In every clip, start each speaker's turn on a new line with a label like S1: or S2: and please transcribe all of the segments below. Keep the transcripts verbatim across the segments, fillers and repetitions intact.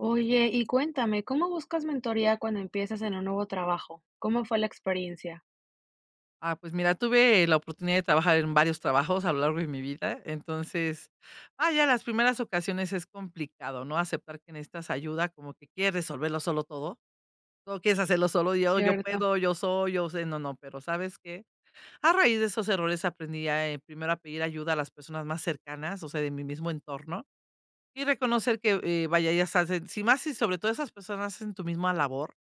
S1: Oye, y cuéntame, ¿cómo buscas mentoría cuando empiezas en un nuevo trabajo? ¿Cómo fue la experiencia?
S2: Ah, pues mira, tuve la oportunidad de trabajar en varios trabajos a lo largo de mi vida. Entonces, ah, ya las primeras ocasiones es complicado, ¿no? Aceptar que necesitas ayuda, como que quieres resolverlo solo todo, todo quieres hacerlo solo. yo, yo
S1: Cierto.
S2: puedo, yo soy, yo sé, no, no, pero ¿sabes qué? A raíz de esos errores aprendí a, eh, primero a pedir ayuda a las personas más cercanas, o sea, de mi mismo entorno, y reconocer que, eh, vaya, ya sabes, eh, si más y sobre todo esas personas hacen tu misma labor,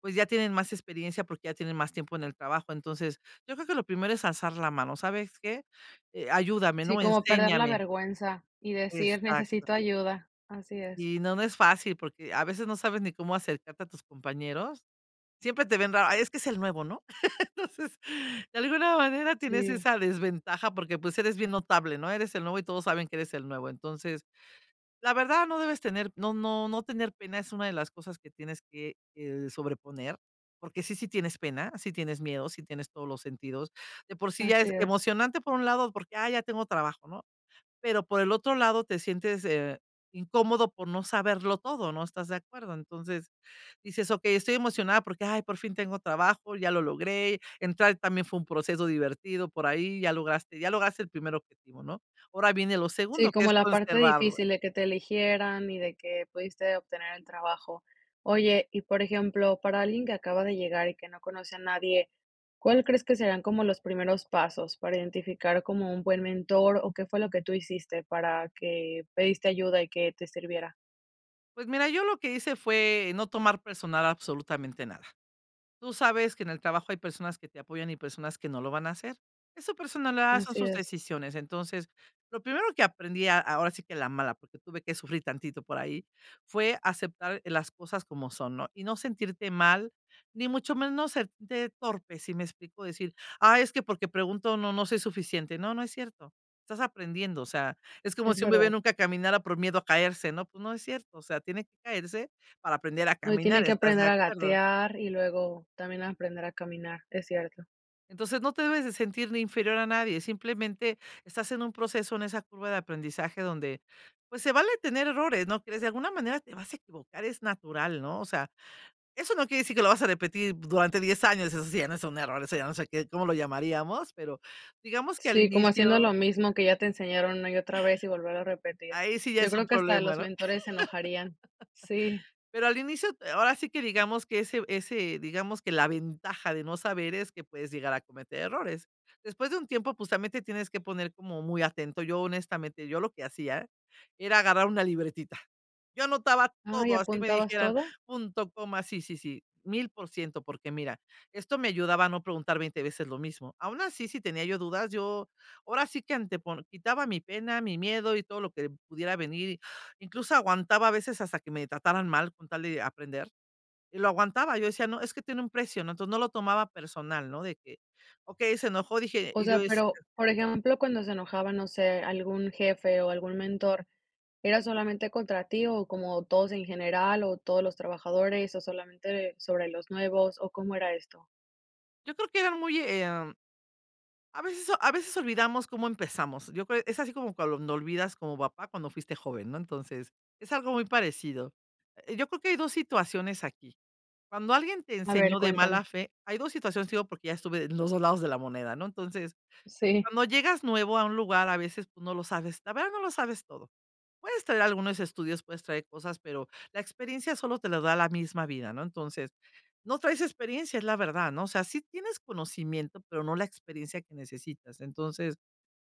S2: pues ya tienen más experiencia porque ya tienen más tiempo en el trabajo. Entonces, yo creo que lo primero es alzar la mano. ¿Sabes qué? Eh, ayúdame,
S1: Sí,
S2: ¿no?
S1: como perder la
S2: Enséñame.
S1: vergüenza y decir
S2: Exacto.
S1: necesito ayuda. Así es.
S2: Y no, no es fácil porque a veces no sabes ni cómo acercarte a tus compañeros. Siempre te ven raro: "Ay, es que es el nuevo, ¿no?" Entonces, de alguna manera tienes
S1: Sí,
S2: esa desventaja porque pues eres bien notable, ¿no? Eres el nuevo y todos saben que eres el nuevo. Entonces, la verdad, no debes tener, no no no tener pena es una de las cosas que tienes que, eh, sobreponer, porque sí, sí tienes pena, sí tienes miedo, sí tienes todos los sentidos. De por sí ya
S1: así
S2: es
S1: es.
S2: emocionante por un lado, porque, ah, ya tengo trabajo, ¿no? Pero por el otro lado te sientes, eh, incómodo por no saberlo todo, ¿no? ¿Estás de acuerdo? Entonces, dices: "Okey, estoy emocionada porque, ay, por fin tengo trabajo, ya lo logré, entrar también fue un proceso divertido por ahí, ya lograste ya lograste el primer objetivo", ¿no? Ahora viene lo
S1: Sí,
S2: segundo, que
S1: como
S2: es
S1: la parte
S2: conservar.
S1: difícil de que te eligieran y de que pudiste obtener el trabajo. Oye, y por ejemplo, para alguien que acaba de llegar y que no conoce a nadie, ¿cuál crees que serán como los primeros pasos para identificar como un buen mentor o qué fue lo que tú hiciste para que pediste ayuda y que te sirviera?
S2: Pues mira, yo lo que hice fue no tomar personal absolutamente nada. Tú sabes que en el trabajo hay personas que te apoyan y personas que no lo van a hacer. Es su personalidad, son
S1: Así
S2: sus
S1: es,
S2: decisiones. Entonces, lo primero que aprendí, a- ahora sí que la mala, porque tuve que sufrir tantito por ahí, fue aceptar las cosas como son, ¿no? Y no sentirte mal, ni mucho menos no sentirte torpe, si me explico, decir, ah, es que porque pregunto no, no soy suficiente. No, no es cierto. Estás aprendiendo, o sea, es como
S1: es
S2: si un bebé
S1: verdad.
S2: nunca caminara por miedo a caerse, ¿no? Pues no es cierto, o sea, tiene que caerse para aprender a
S1: No, y tiene
S2: caminar,
S1: que
S2: ¿estás
S1: aprender
S2: de
S1: a
S2: acuerdo?
S1: gatear y luego también aprender a caminar, es cierto.
S2: Entonces, no te debes de sentir ni inferior a nadie, simplemente estás en un proceso, en esa curva de aprendizaje donde, pues, se vale tener errores, ¿no? Que de alguna manera te vas a equivocar, es natural, ¿no? O sea, eso no quiere decir que lo vas a repetir durante diez años. Eso sí ya no es un error, eso ya no sé qué, cómo lo llamaríamos, pero digamos que al
S1: Sí, como haciendo
S2: inicio,
S1: lo mismo que ya te enseñaron una y otra vez y volver a repetir.
S2: ahí sí ya
S1: Yo
S2: es
S1: creo
S2: un
S1: que hasta
S2: problema,
S1: los
S2: ¿no?
S1: mentores se enojarían. Sí.
S2: Pero al inicio, eh, ahora sí que digamos que ese ese, digamos que la ventaja de no saber es que puedes llegar a cometer errores. Después de un tiempo, pues, también te tienes que poner como muy atento. Yo, honestamente, yo lo que hacía era agarrar una libretita. Yo anotaba
S1: Ah, ¿y
S2: todo, así me
S1: apuntabas
S2: dijeran
S1: todo?
S2: punto, coma, sí, sí, sí, mil por ciento, porque mira, esto me ayudaba a no preguntar veinte veces lo mismo. Aún así, si tenía yo dudas, yo ahora sí que antepon quitaba mi pena, mi miedo y todo lo que pudiera venir. Incluso aguantaba a veces hasta que me trataran mal con tal de aprender, y lo aguantaba. Yo decía: "No, es que tiene un precio", ¿no? Entonces, no lo tomaba personal, ¿no? De que, okey, se enojó, dije
S1: O
S2: y yo
S1: sea,
S2: decía.
S1: pero, por ejemplo, cuando se enojaba, no sé, algún jefe o algún mentor, ¿era solamente contra ti o como todos en general o todos los trabajadores o solamente sobre los nuevos o cómo era esto?
S2: Yo creo que eran muy, em, a veces o- a veces olvidamos cómo empezamos. Yo creo es así como cuando olvidas como papá cuando fuiste joven, ¿no? Entonces, es algo muy parecido. Eh, yo creo que hay dos situaciones aquí. Cuando alguien te
S1: A ver,
S2: enseñó de mala
S1: cuéntame.
S2: fe, hay dos situaciones, digo, porque ya estuve en los dos lados de la moneda, ¿no? Entonces,
S1: Sí.
S2: cuando llegas nuevo a un lugar, a veces, pues, no lo sabes, la verdad no lo sabes todo. Puedes traer algunos estudios, puedes traer cosas, pero la experiencia solo te la da la misma vida, ¿no? Entonces, no traes experiencia, es la verdad, ¿no? O sea, sí tienes conocimiento, pero no la experiencia que necesitas. Entonces,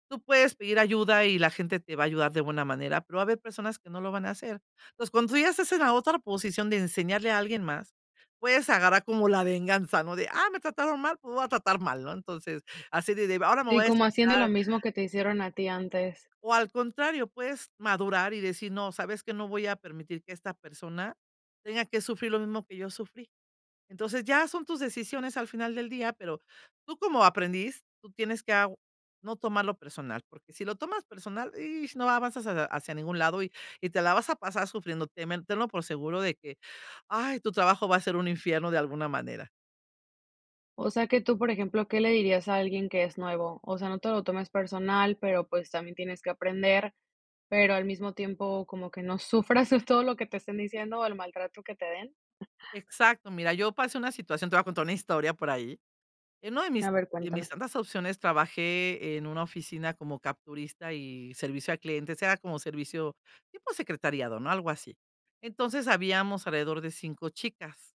S2: tú puedes pedir ayuda y la gente te va a ayudar de buena manera, pero va a haber personas que no lo van a hacer. Entonces, cuando tú ya estás en la otra posición de enseñarle a alguien más, puedes agarrar como la venganza, ¿no? De, ah, me trataron mal, pues voy a tratar mal, ¿no? Entonces, así de, de, ahora me
S1: Sí,
S2: voy a
S1: como haciendo lo
S2: desquitar.
S1: mismo que te hicieron a ti antes.
S2: O al contrario, puedes madurar y decir: "No, sabes que no voy a permitir que esta persona tenga que sufrir lo mismo que yo sufrí". Entonces, ya son tus decisiones al final del día, pero tú como aprendiz, tú tienes que agu no tomarlo personal, porque si lo tomas personal, ish, no avanzas hacia hacia ningún lado y y te la vas a pasar sufriendo, temen tenlo por seguro de que, ay, tu trabajo va a ser un infierno de alguna manera.
S1: O sea que tú, por ejemplo, ¿qué le dirías a alguien que es nuevo? O sea, no te lo tomes personal, pero pues también tienes que aprender, pero al mismo tiempo como que no sufras todo lo que te estén diciendo o el maltrato que te den.
S2: Exacto, mira, yo pasé una situación, te voy a contar una historia por ahí. En uno de
S1: A
S2: mis
S1: ver,
S2: de
S1: cuéntame.
S2: mis tantas opciones trabajé en una oficina como capturista y servicio a clientes, era como servicio tipo secretariado, ¿no? Algo así. Entonces, habíamos alrededor de cinco chicas.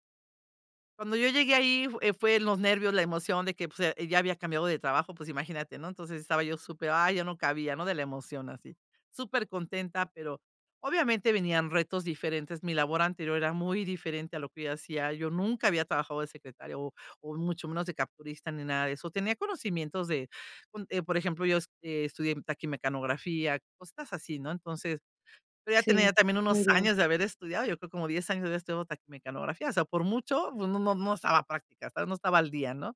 S2: Cuando yo llegué ahí, eh, fue los nervios, la emoción de que, pues, eh, ya había cambiado de trabajo, pues, imagínate, ¿no? Entonces, estaba yo súper, ah ya no cabía, ¿no? De la emoción así, súper contenta, pero obviamente venían retos diferentes. Mi labor anterior era muy diferente a lo que yo hacía. Yo nunca había trabajado de secretaria o o mucho menos de capturista ni nada de eso. Tenía conocimientos de, con eh, por ejemplo, yo es eh, estudié taquimecanografía, cosas así, ¿no? Entonces, pero ya tenía
S1: Sí,
S2: también
S1: muy
S2: unos
S1: bien.
S2: años de haber estudiado, yo creo como diez años de haber estudiado taquimecanografía, o sea, por mucho, pues, no no no estaba práctica, estaba no estaba al día, ¿no?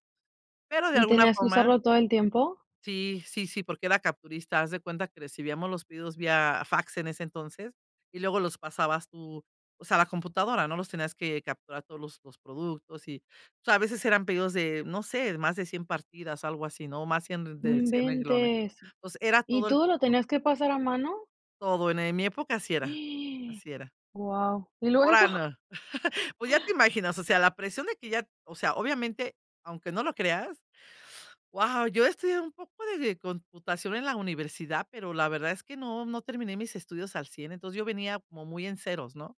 S2: Pero de
S1: ¿Y
S2: alguna
S1: tenías que
S2: forma
S1: usarlo todo el tiempo?
S2: sí, sí, sí, porque era capturista, haz de cuenta que recibíamos los pedidos vía fax en ese entonces, y luego los pasabas tú, o sea, a la computadora, ¿no? Los tenías que capturar todos los los productos y, o sea, a veces eran pedidos de, no sé, más de cien partidas, algo así, ¿no? Más cien
S1: No
S2: De cien renglones.
S1: inventes.
S2: Entonces, era
S1: ¿Y
S2: todo el
S1: todo lo
S2: tiempo,
S1: tenías que pasar a mano?
S2: todo. En, eh, mi época así era, así era.
S1: Wow, ¿y luego?
S2: Ahora no. Pues ya te imaginas, o sea, la presión de que ya, o sea, obviamente, aunque no lo creas, wow, yo estudié un poco de computación en la universidad, pero la verdad es que no, no terminé mis estudios al cien. Entonces yo venía como muy en ceros, ¿no?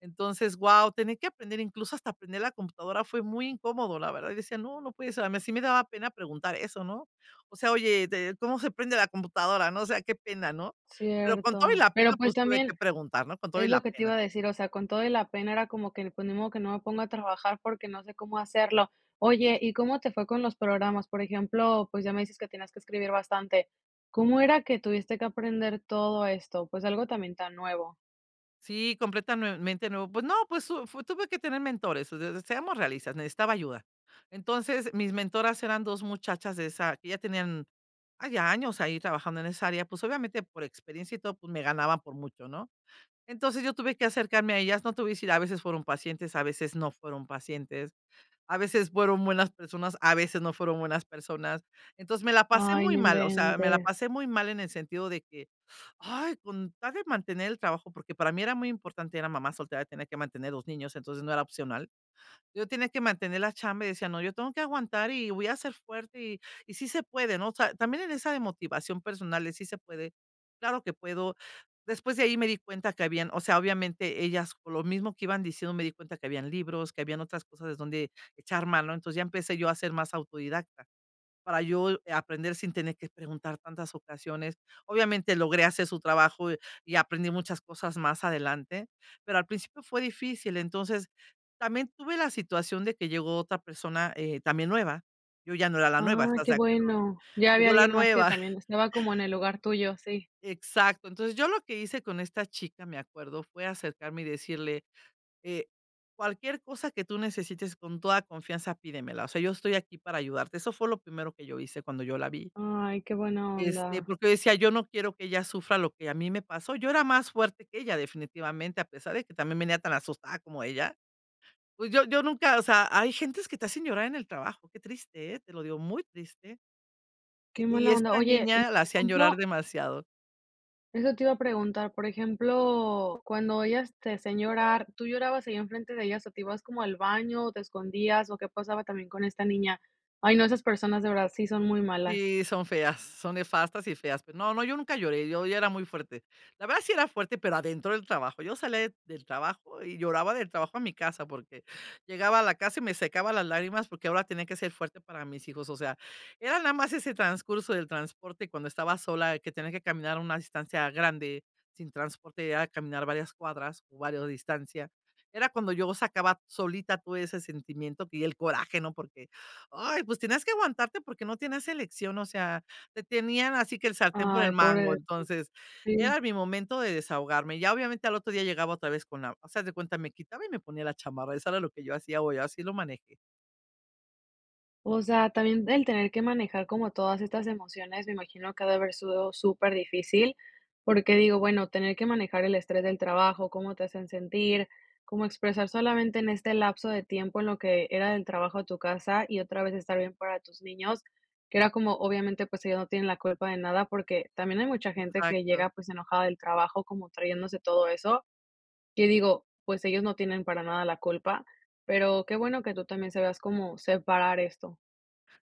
S2: Entonces, wow, tener que aprender, incluso hasta aprender la computadora fue muy incómodo, la verdad. Y decía, no, no puede ser, a mí sí me daba pena preguntar eso, ¿no? O sea, oye, de- ¿cómo se prende la computadora? ¿No? O sea, qué pena, ¿no? Pero con todo y
S1: Cierto,
S2: la
S1: pero
S2: pena,
S1: pues
S2: pues tuve que
S1: también
S2: preguntar, ¿no? Con todo y
S1: es
S2: la
S1: lo que te
S2: pena.
S1: iba a decir, o sea, con todo y la pena era como que, pues, ni modo que no me ponga a trabajar porque no sé cómo hacerlo. Oye, ¿y cómo te fue con los programas? Por ejemplo, pues ya me dices que tenías que escribir bastante. ¿Cómo era que tuviste que aprender todo esto? Pues algo también tan nuevo.
S2: Sí, completamente nuevo. Pues no, pues su fu tuve que tener mentores, o sea, seamos realistas, necesitaba ayuda. Entonces, mis mentoras eran dos muchachas de esa que ya tenían, ah, ya años ahí trabajando en esa área, pues, obviamente, por experiencia y todo, pues, me ganaban por mucho, ¿no? Entonces, yo tuve que acercarme a ellas, no te voy a decir, a veces fueron pacientes, a veces no fueron pacientes. A veces fueron buenas personas, a veces no fueron buenas personas. Entonces, me la pasé
S1: Ay,
S2: muy
S1: no
S2: mal, o sea, me la
S1: inventes.
S2: pasé muy mal en el sentido de que, ay, con tal de mantener el trabajo, porque para mí era muy importante, era mamá soltera, tenía que mantener dos niños, entonces no era opcional. Yo tenía que mantener la chamba y decía: "No, yo tengo que aguantar y voy a ser fuerte y, y sí se puede", ¿no? O sea, también en esa de motivación personal, de sí se puede, claro que puedo. Después de ahí me di cuenta que habían, o sea, obviamente ellas, por lo mismo que iban diciendo, me di cuenta que habían libros, que habían otras cosas de donde echar mano. Entonces ya empecé yo a ser más autodidacta. Para yo aprender sin tener que preguntar tantas ocasiones. Obviamente logré hacer su trabajo, y y aprendí muchas cosas más adelante, pero al principio fue difícil. Entonces, también tuve la situación de que llegó otra persona, eh, también nueva. Yo ya no era la nueva,
S1: Ah,
S2: ¿estás
S1: qué
S2: de acuerdo?
S1: bueno. Ya había
S2: Llegó la
S1: alguien más que
S2: nueva,
S1: también estaba como en el lugar tuyo, sí.
S2: exacto. Entonces, yo lo que hice con esta chica, me acuerdo, fue acercarme y decirle, eh, cualquier cosa que tú necesites con toda confianza, pídemela. O sea, yo estoy aquí para ayudarte. Eso fue lo primero que yo hice cuando yo la vi.
S1: Ay, qué buena
S2: Este,
S1: onda.
S2: porque yo decía: "Yo no quiero que ella sufra lo que a mí me pasó". Yo era más fuerte que ella definitivamente, a pesar de que también venía tan asustada como ella. Pues yo yo nunca, o sea, hay gentes que te hacen llorar en el trabajo, qué triste, ¿eh? Te lo digo, muy triste.
S1: Qué
S2: Y y
S1: mala onda.
S2: esta
S1: Oye, y
S2: niña
S1: por
S2: la hacían llorar
S1: ejemplo,
S2: demasiado.
S1: eso te iba a preguntar, por ejemplo, cuando ellas te hacían llorar, ¿tú llorabas ahí enfrente de ellas o te ibas como al baño o te escondías o qué pasaba también con esta niña? Ay, no, esas personas de verdad sí son muy malas.
S2: Sí, son feas, son nefastas y feas. Pero no, no, yo nunca lloré, yo ya era muy fuerte. La verdad sí era fuerte, pero adentro del trabajo. Yo salía de- del trabajo y lloraba del trabajo a mi casa porque llegaba a la casa y me secaba las lágrimas porque ahora tenía que ser fuerte para mis hijos. O sea, era nada más ese transcurso del transporte cuando estaba sola, que tenía que caminar una distancia grande sin transporte, era caminar varias cuadras o varias distancias. Era cuando yo sacaba solita todo ese sentimiento que- y el coraje, ¿no? Porque ay, pues tenías que aguantarte porque no tenías elección, o sea, te tenían así que el sartén por el
S1: Ay,
S2: mango.
S1: pobre,
S2: Entonces,
S1: sí.
S2: era mi momento de desahogarme. Ya obviamente al otro día llegaba otra vez con la, o sea, haz de cuenta, me quitaba y me ponía la chamarra, eso era lo que yo hacía, o yo así lo manejé.
S1: O sea, también el tener que manejar como todas estas emociones, me imagino que ha de haber sido súper difícil, porque digo, bueno, tener que manejar el estrés del trabajo, cómo te hacen sentir, cómo expresar solamente en este lapso de tiempo en lo que era del trabajo a tu casa y otra vez estar bien para tus niños, que era como, obviamente, pues ellos no tienen la culpa de nada, porque también hay mucha gente que
S2: Exacto.
S1: llega pues enojada del trabajo, como trayéndose todo eso, que digo, pues ellos no tienen para nada la culpa, pero qué bueno que tú también sabías cómo separar esto.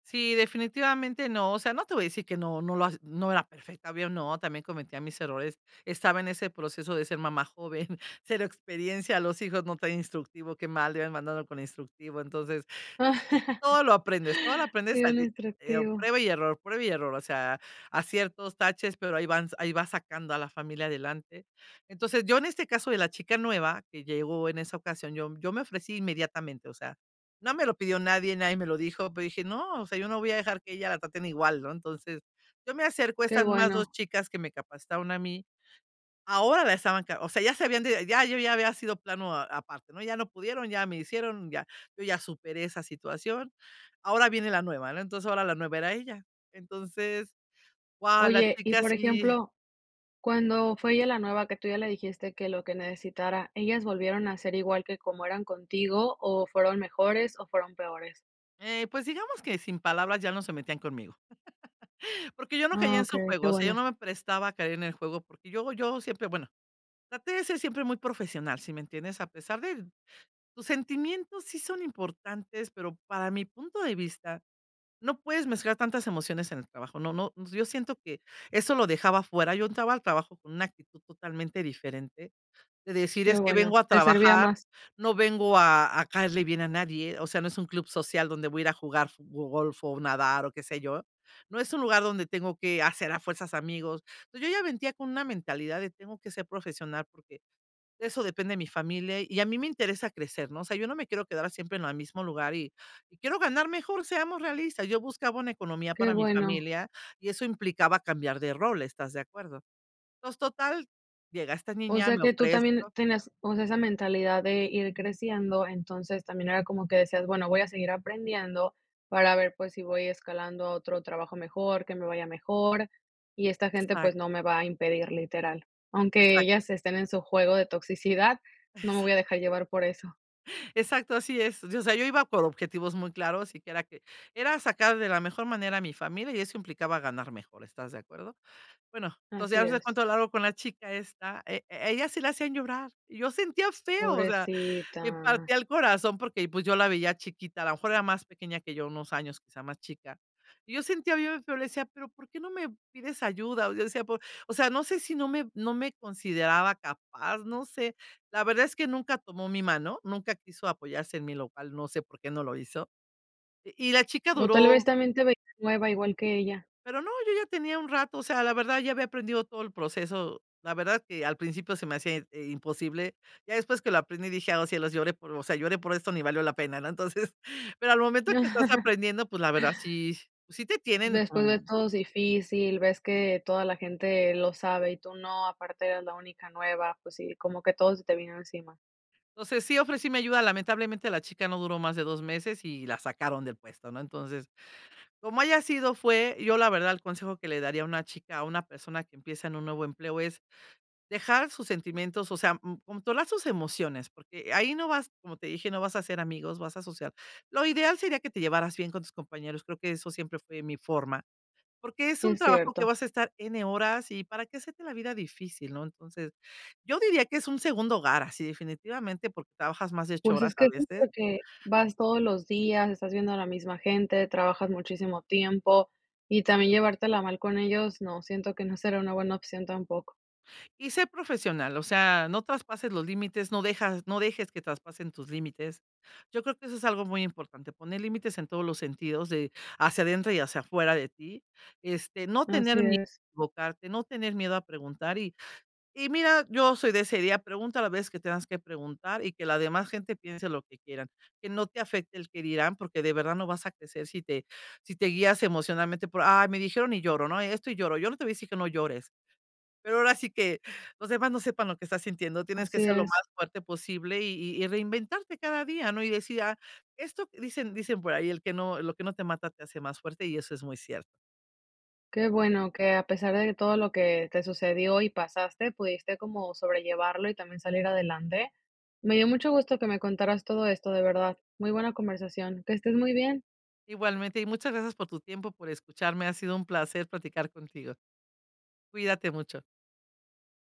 S2: Sí, definitivamente no, o sea, no te voy a decir que no no lo ha no era perfecta, obvio no, también cometía mis errores. Estaba en ese proceso de ser mamá joven, cero experiencia, los hijos no tan instructivo, qué mal, le iban mandando con instructivo, entonces todo lo aprendes, todo lo aprendes
S1: Sí,
S2: a
S1: un
S2: di eh, a
S1: instructivo.
S2: prueba y error, prueba y error, o sea, aciertos, taches, pero ahí van ahí va sacando a la familia adelante. Entonces, yo en este caso de la chica nueva que llegó en esa ocasión, yo yo me ofrecí inmediatamente, o sea, no me lo pidió nadie, nadie me lo dijo, pero dije: "No, o sea, yo no voy a dejar que ella la traten igual", ¿no? Entonces, yo me acerco a
S1: Qué
S2: estas más dos
S1: bueno.
S2: chicas que me capacitaron a mí. Ahora la estaban ca O sea, ya se habían de ya yo ya había sido plano a aparte, ¿no? Ya no pudieron, ya me hicieron, ya yo ya superé esa situación. Ahora viene la nueva, ¿no? Entonces, ahora la nueva era ella. Entonces, guau, la
S1: Oye, y
S2: chica
S1: por
S2: sí,
S1: ejemplo, cuando fue ella la nueva, que tú ya le dijiste que lo que necesitara, ¿ellas volvieron a ser igual que como eran contigo, o fueron mejores o fueron peores?
S2: eh, pues digamos que sin palabras ya no se metían conmigo, porque yo no caía
S1: Ah,
S2: en su
S1: okey, qué
S2: juego, o sea, yo
S1: bueno,
S2: no me prestaba a caer en el juego, porque yo yo siempre, bueno, traté de ser siempre muy profesional, ¿si me entiendes? A pesar de tus sentimientos sí son importantes, pero para mi punto de vista no puedes mezclar tantas emociones en el trabajo. No, no, yo siento que eso lo dejaba fuera. Yo entraba al trabajo con una actitud totalmente diferente, de decir:
S1: qué
S2: "Es que
S1: bueno.
S2: vengo a
S1: Te servía
S2: trabajar,
S1: más.
S2: no vengo a a caerle bien a nadie". O sea, no es un club social donde voy a ir a jugar fu golf o nadar o qué sé yo. No es un lugar donde tengo que hacer a fuerzas amigos. Entonces, yo ya venía con una mentalidad de tengo que ser profesional porque eso depende de mi familia y a mí me interesa crecer, ¿no? O sea, yo no me quiero quedar siempre en el mismo lugar y y quiero ganar mejor, seamos realistas. Yo buscaba una economía
S1: Qué
S2: para mi
S1: bueno.
S2: familia y eso implicaba cambiar de rol, ¿estás de acuerdo? Entonces, total, llega esta
S1: O
S2: niña,
S1: sea
S2: me
S1: que tú también
S2: ofrezco.
S1: tenías, o sea, esa mentalidad de ir creciendo, entonces también era como que decías, bueno, voy a seguir aprendiendo para ver pues si voy escalando a otro trabajo mejor, que me vaya mejor, y esta gente pues no
S2: Exacto,
S1: me va a impedir literal. Aunque ellas
S2: exacto,
S1: estén en su juego de toxicidad, no me voy a dejar llevar por eso.
S2: exacto, así es. O sea, yo iba por objetivos muy claros y que era que era sacar de la mejor manera a mi familia y eso implicaba ganar mejor, ¿estás de acuerdo? Bueno, entonces, ya
S1: Así
S2: no sé
S1: es.
S2: cuánto largo con la chica esta, e e ella sí la hacían llorar, y yo sentía feo, o sea,
S1: Pobrecita.
S2: me partía el corazón porque, pues, yo la veía chiquita, a lo mejor era más pequeña que yo, unos años, quizá más chica. Y yo sentía bien feo, le decía: "Pero, ¿por qué no me pides ayuda?". O yo decía: "Por", o sea, no sé si no me no me consideraba capaz, no sé. La verdad es que nunca tomó mi mano, nunca quiso apoyarse en mí, lo cual no sé por qué no lo hizo. Y y la chica
S1: O tal vez
S2: duró,
S1: también te veías nueva igual que ella.
S2: pero no, yo ya tenía un rato, o sea, la verdad ya había aprendido todo el proceso. La verdad que al principio se me hacía, eh, imposible. Ya después que lo aprendí dije: "Ah, "Oh, cielos, lloré por o sea, lloré por esto, ni valió la pena", ¿no? Entonces, pero al momento que estás aprendiendo, pues, la verdad sí sí te tienen
S1: Después ves
S2: como
S1: todo difícil, ves que toda la gente lo sabe y tú no, aparte eres la única nueva, pues sí, como que todo se te vino encima.
S2: entonces, sí ofrecí mi ayuda. Lamentablemente, la chica no duró más de dos meses y la sacaron del puesto, ¿no? Entonces, como haya sido, fue, yo la verdad el consejo que le daría a una chica, a una persona que empieza en un nuevo empleo es dejar sus sentimientos, o sea, mm, controlar sus emociones, porque ahí no vas, como te dije, no vas a hacer amigos, vas a asociar. Lo ideal sería que te llevaras bien con tus compañeros, creo que eso siempre fue mi forma, porque es un
S1: Es
S2: trabajo que
S1: cierto.
S2: vas a estar N horas y para qué hacerte la vida difícil, ¿no? Entonces, yo diría que es un segundo hogar, así definitivamente, porque trabajas más de ocho
S1: Pues es
S2: horas
S1: que
S2: a
S1: sí,
S2: veces.
S1: porque vas todos los días, estás viendo a la misma gente, trabajas muchísimo tiempo y también llevártela mal con ellos, no, siento que no será una buena opción tampoco.
S2: Y sé profesional, o sea, no traspases los límites, no dejas, no dejes que traspasen tus límites. Yo creo que eso es algo muy importante, poner límites en todos los sentidos, de hacia adentro y hacia afuera de ti. Este, no
S1: Así
S2: tener miedo
S1: es,
S2: a equivocarte, no tener miedo a preguntar. Y, y mira, yo soy de esa idea, pregunta las veces que tengas que preguntar y que la demás gente piense lo que quieran, que no te afecte el que dirán, porque de verdad no vas a crecer si te, si te guías emocionalmente por, ay, me dijeron y lloro, ¿no? Esto y lloro. Yo no te voy a decir que no llores. Pero ahora sí que los demás no sepan lo que estás sintiendo, tienes que
S1: así
S2: ser lo más
S1: es.
S2: fuerte posible y y y reinventarte cada día, ¿no? Y decir: "Ah, esto", que dicen dicen por ahí: "El que no lo que no te mata te hace más fuerte", y eso es muy cierto.
S1: Qué bueno que a pesar de todo lo que te sucedió y pasaste, pudiste como sobrellevarlo y también salir adelante. Me dio mucho gusto que me contaras todo esto, de verdad. Muy buena conversación. Que estés muy bien.
S2: Igualmente, y muchas gracias por tu tiempo, por escucharme, ha sido un placer platicar contigo. Cuídate mucho.